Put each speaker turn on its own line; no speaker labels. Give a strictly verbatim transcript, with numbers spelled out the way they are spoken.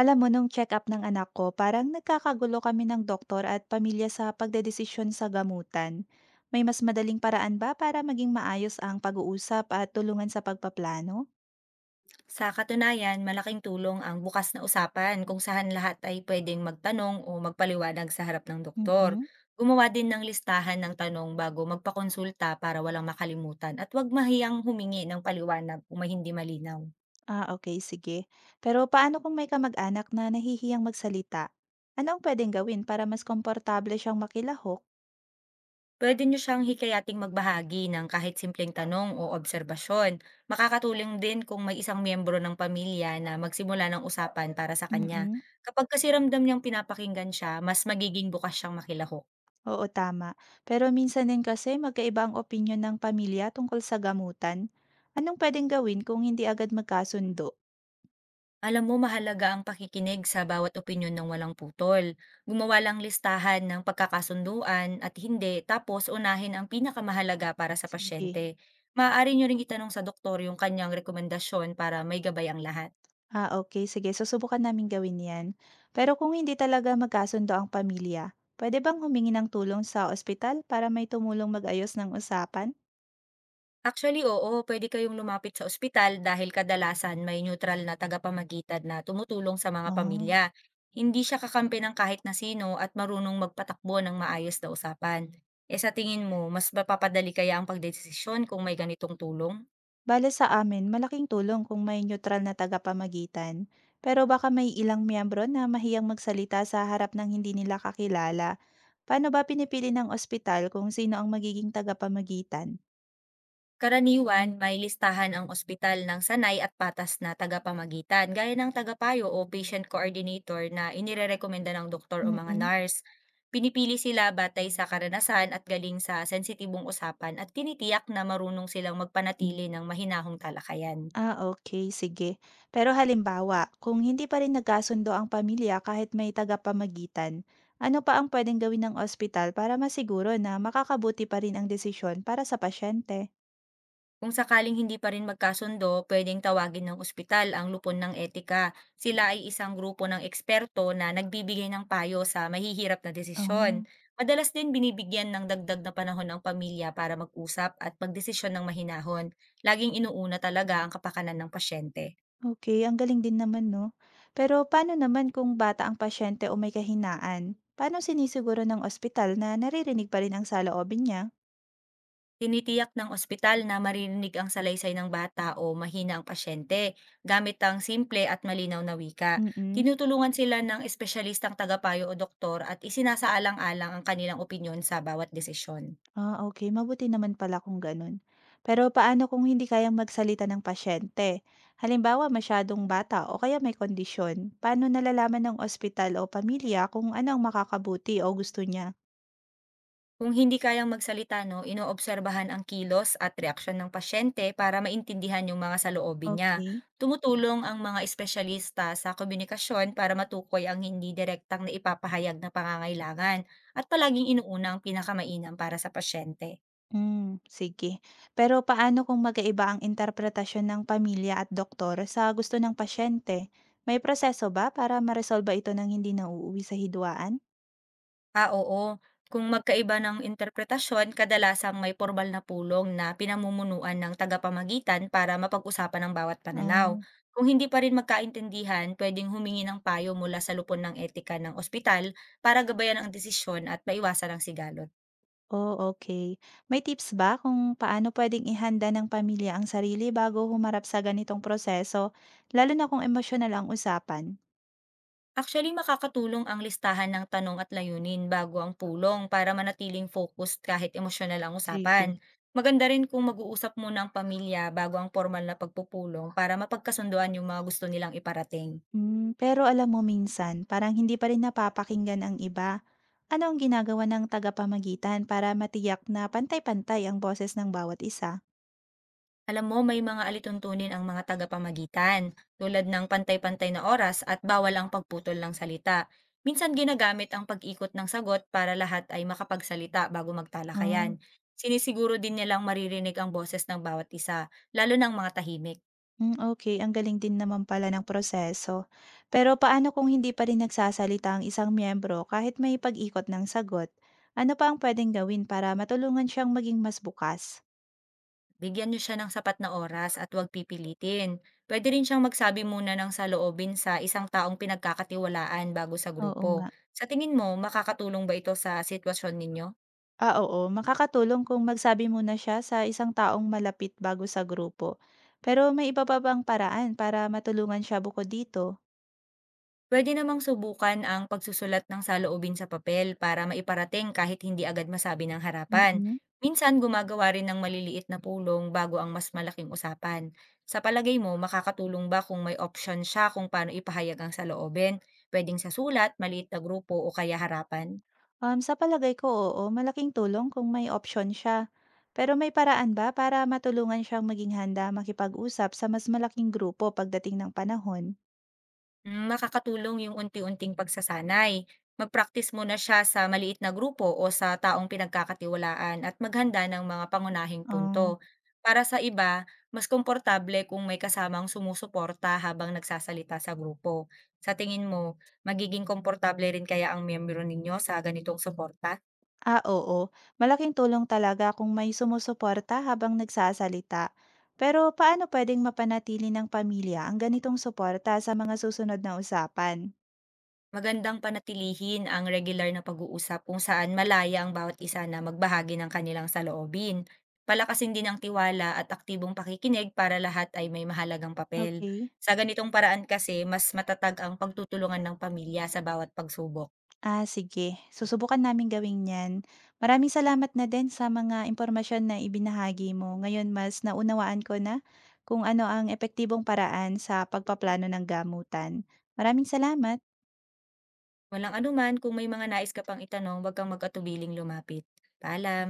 Alam mo, nung check-up ng anak ko, parang nagkakagulo kami ng doktor at pamilya sa pagdedesisyon sa gamutan. May mas madaling paraan ba para maging maayos ang pag-uusap at tulungan sa pagpaplano?
Sa katunayan, malaking tulong ang bukas na usapan kung saan lahat ay pwedeng magtanong o magpaliwanag sa harap ng doktor.
Mhm.
Gumawa din ng listahan ng tanong bago magpakonsulta para walang makalimutan, at huwag mahiyang humingi ng paliwanag kung may hindi malinaw.
Ah, okay, sige. Pero paano kung may kamag-anak na nahihiyang magsalita? Ano ang pwedeng gawin para mas komportable siyang makilahok?
Pwede nyo siyang hikayating magbahagi ng kahit simpleng tanong o obserbasyon. Makakatulong din kung may isang miyembro ng pamilya na magsimula ng usapan para sa kanya.
Mhm.
Kapag kasi ramdam niyang pinapakinggan siya, mas magiging bukas siyang makilahok.
Oo, tama. Pero minsan din kasi magkaiba ang opinyon ng pamilya tungkol sa gamutan. Anong pwedeng gawin kung hindi agad magkasundo?
Alam mo, mahalaga ang pakikinig sa bawat opinyon ng walang putol. Gumawa lang listahan ng pagkakasunduan at hindi, tapos unahin ang pinakamahalaga para sa
Sige.
pasyente. Maaari nyo ring itanong sa doktor yung kanyang rekomendasyon para may gabay ang lahat.
Ah, okay, sige, susubukan namin gawin 'yan. Pero kung hindi talaga magkasundo ang pamilya, puwede bang humingi ng tulong sa ospital para may tumulong mag-ayos ng usapan?
Actually, oo, pwede kayong lumapit sa ospital dahil kadalasan may neutral na tagapamagitan na tumutulong sa mga
Ah,
pamilya. Hindi siya kakampi ng kahit na sino, at marunong magpatakbo ng maayos na usapan. Eh sa tingin mo, mas mapapadali kaya ang pagdesisyon kung may ganitong tulong?
bale sa amin malaking tulong kung may neutral na tagapamagitan. Pero baka may ilang miyembro na mahiyang magsalita sa harap ng hindi nila kakilala. Paano ba pinipili ng ospital kung sino ang magiging tagapamagitan?
Karaniwan, may listahan ang ospital ng sanay at patas na tagapamagitan, gaya ng tagapayo o patient coordinator na inirerekomenda ng doktor o mga
Mm.
nurse. Pinipili sila batay sa karanasan at galing sa sensitibong usapan, at tinitiyak na marunong silang magpanatili ng mahinahong talakayan.
Ah, okay, sige. Pero halimbawa, kung hindi pa rin nagkasundo ang pamilya kahit may tagapamagitan, ano pa ang puwedeng gawin ng ospital para masiguro na makakabuti pa rin ang desisyon para sa pasyente?
Kung sakaling hindi pa rin magkasundo, pwedeng tawagin ng ospital ang lupon ng etika. Sila ay isang grupo ng eksperto na nagbibigay ng payo sa mahihirap na desisyon.
Oh,
Madalas din binibigyan ng dagdag na panahon ng pamilya para mag-usap at pagdesisyon ng mahinahon. Laging inuuna talaga ang kapakanan ng pasyente.
okay, ang galing din naman 'no. Pero paano naman kung bata ang pasyente o may kahinaan? Paano sinisiguro ng ospital na naririnig pa rin ang saloobin niya?
Tinitiyak ng ospital na maririnig ang salaysay ng bata o mahina ang pasyente gamit ang simple at malinaw na wika.
Mm.
Tinutulungan sila ng espesyalistang tagapayo o doktor, at isinasaalang-alang ang kanilang opinyon sa bawat desisyon.
Ah, okay, mabuti naman pala kung gano'n. Pero paano kung hindi kayang magsalita ng pasyente? Halimbawa, masyadong bata o kaya may kondisyon. Paano nalalaman ng ospital o pamilya kung ano ang makakabuti o gusto niya?
Kung hindi kayang magsalita 'no, inoobserbahan ang kilos at reaksyon ng pasyente para maintindihan yung mga saloobin niya.
Okay.
Tumutulong ang mga espesyalista sa komunikasyon para matukoy ang hindi direktang naipapahayag na pangangailangan, at palaging inuuna ang pinakamainam para sa pasyente.
Hmm, sige. Pero paano kung magkaiba ang interpretasyon ng pamilya at doktor sa gusto ng pasyente? May proseso ba para maresolba ito ng hindi nauuwi sa hidwaan?
Ah, oo. Kung magkaiba ng interpretasyon, kadalasang may formal na pulong na pinamumunuan ng tagapamagitan para mapag-usapan ang bawat pananaw.
Ah.
Kung hindi pa rin magkaintindihan, pwedeng humingi ng payo mula sa lupon ng etika ng ospital para gabayan ang desisyon at maiwasan ang sigalot.
Oh, okay. May tips ba kung paano pwedeng ihanda ng pamilya ang sarili bago humarap sa ganitong proseso, lalo na kung emosyonal ang usapan?
Actually, makakatulong ang listahan ng tanong at layunin bago ang pulong para manatiling focused kahit emosyonal ang usapan.
Sige.
Maganda rin kung mag-uusap muna ang pamilya bago ang formal na pagpupulong para mapagkasunduan yung mga gusto nilang iparating.
Hmm, pero alam mo minsan parang hindi pa rin napapakinggan ang iba. Ano ang ginagawa ng tagapamagitan para matiyak na pantay-pantay ang boses ng bawat isa?
Alam mo, may mga alituntunin ang mga tagapamagitan, tulad ng pantay-pantay na oras at bawal ang pagputol ng salita. Minsan ginagamit ang pag-ikot ng sagot para lahat ay makapagsalita bago
Ah.
magtalakayan. Sinisiguro din nilang maririnig ang boses ng bawat isa, lalo ng mga tahimik.
Hmm, okey. Ang galing din naman pala ng proseso. Pero paano kung hindi pa rin nagsasalita ang isang miyembro kahit may pag-ikot ng sagot? Ano pa ang puwedeng gawin para matulungan siyang maging mas bukas?
Bigyan niyo siya ng sapat na oras at huwag pipilitin. Pwede rin siyang magsabi muna ng saloobin sa isang taong pinagkakatiwalaan bago sa
Oo
grupo.
nga.
Sa tingin mo, makakatulong ba ito sa sitwasyon ninyo?
Ah, oo. Makakatulong kung magsabi muna siya sa isang taong malapit bago sa grupo. Pero may iba pa bang paraan para matulungan siya bukod dito?
Puwede namang subukan ang pagsusulat ng saloobin sa papel para maiparating kahit hindi agad masabi ng harapan.
Mm.
Minsan gumagawa rin ng maliliit na pulong bago ang mas malaking usapan. Sa palagay mo, makakatulong ba kung may option siya kung paano ipahayag ang saloobin? Pwedeng sa sulat, maliit na grupo, o kaya harapan?
Um, sa palagay ko, oo, malaking tulong kung may opsyon siya. Pero may paraan ba para matulungan siyang maging handa makipag-usap sa mas malaking grupo pagdating ng panahon?
Mm, makakatulong yung unti-unting pagsasanay. Mag-practice muna siya sa maliit na grupo o sa taong pinagkakatiwalaan, at maghanda ng mga pangunahing
Um,
punto. Para sa iba, mas komportable kung may kasamang sumusuporta habang nagsasalita sa grupo. Sa tingin mo, magiging komportable rin kaya ang miyembro ninyo sa ganitong suporta?
ah, oo. Malaking tulong talaga kung may sumusuporta habang nagsasalita. Pero paano pwedeng mapanatili ng pamilya ang ganitong suporta sa mga susunod na usapan?
Magandang panatilihin ang regular na pag-uusap kung saan malaya ang bawat isa na magbahagi ng kanilang saloobin. Palakasin din ang tiwala at aktibong pakikinig para lahat ay may mahalagang papel.
Okay.
Sa ganitong paraan kasi, mas matatag ang pagtutulungan ng pamilya sa bawat pagsubok.
Ah, sige. Susubukan namin gawin 'yan. Maraming salamat na din sa mga impormasyon na ibinahagi mo. Ngayon mas naunawaan ko na kung ano ang epektibong paraan sa pagpaplano ng gamutan. Maraming salamat.
Walang anuman. Kung may mga nais ka pang itanong, wag kang mag-atubiling lumapit. Paalam!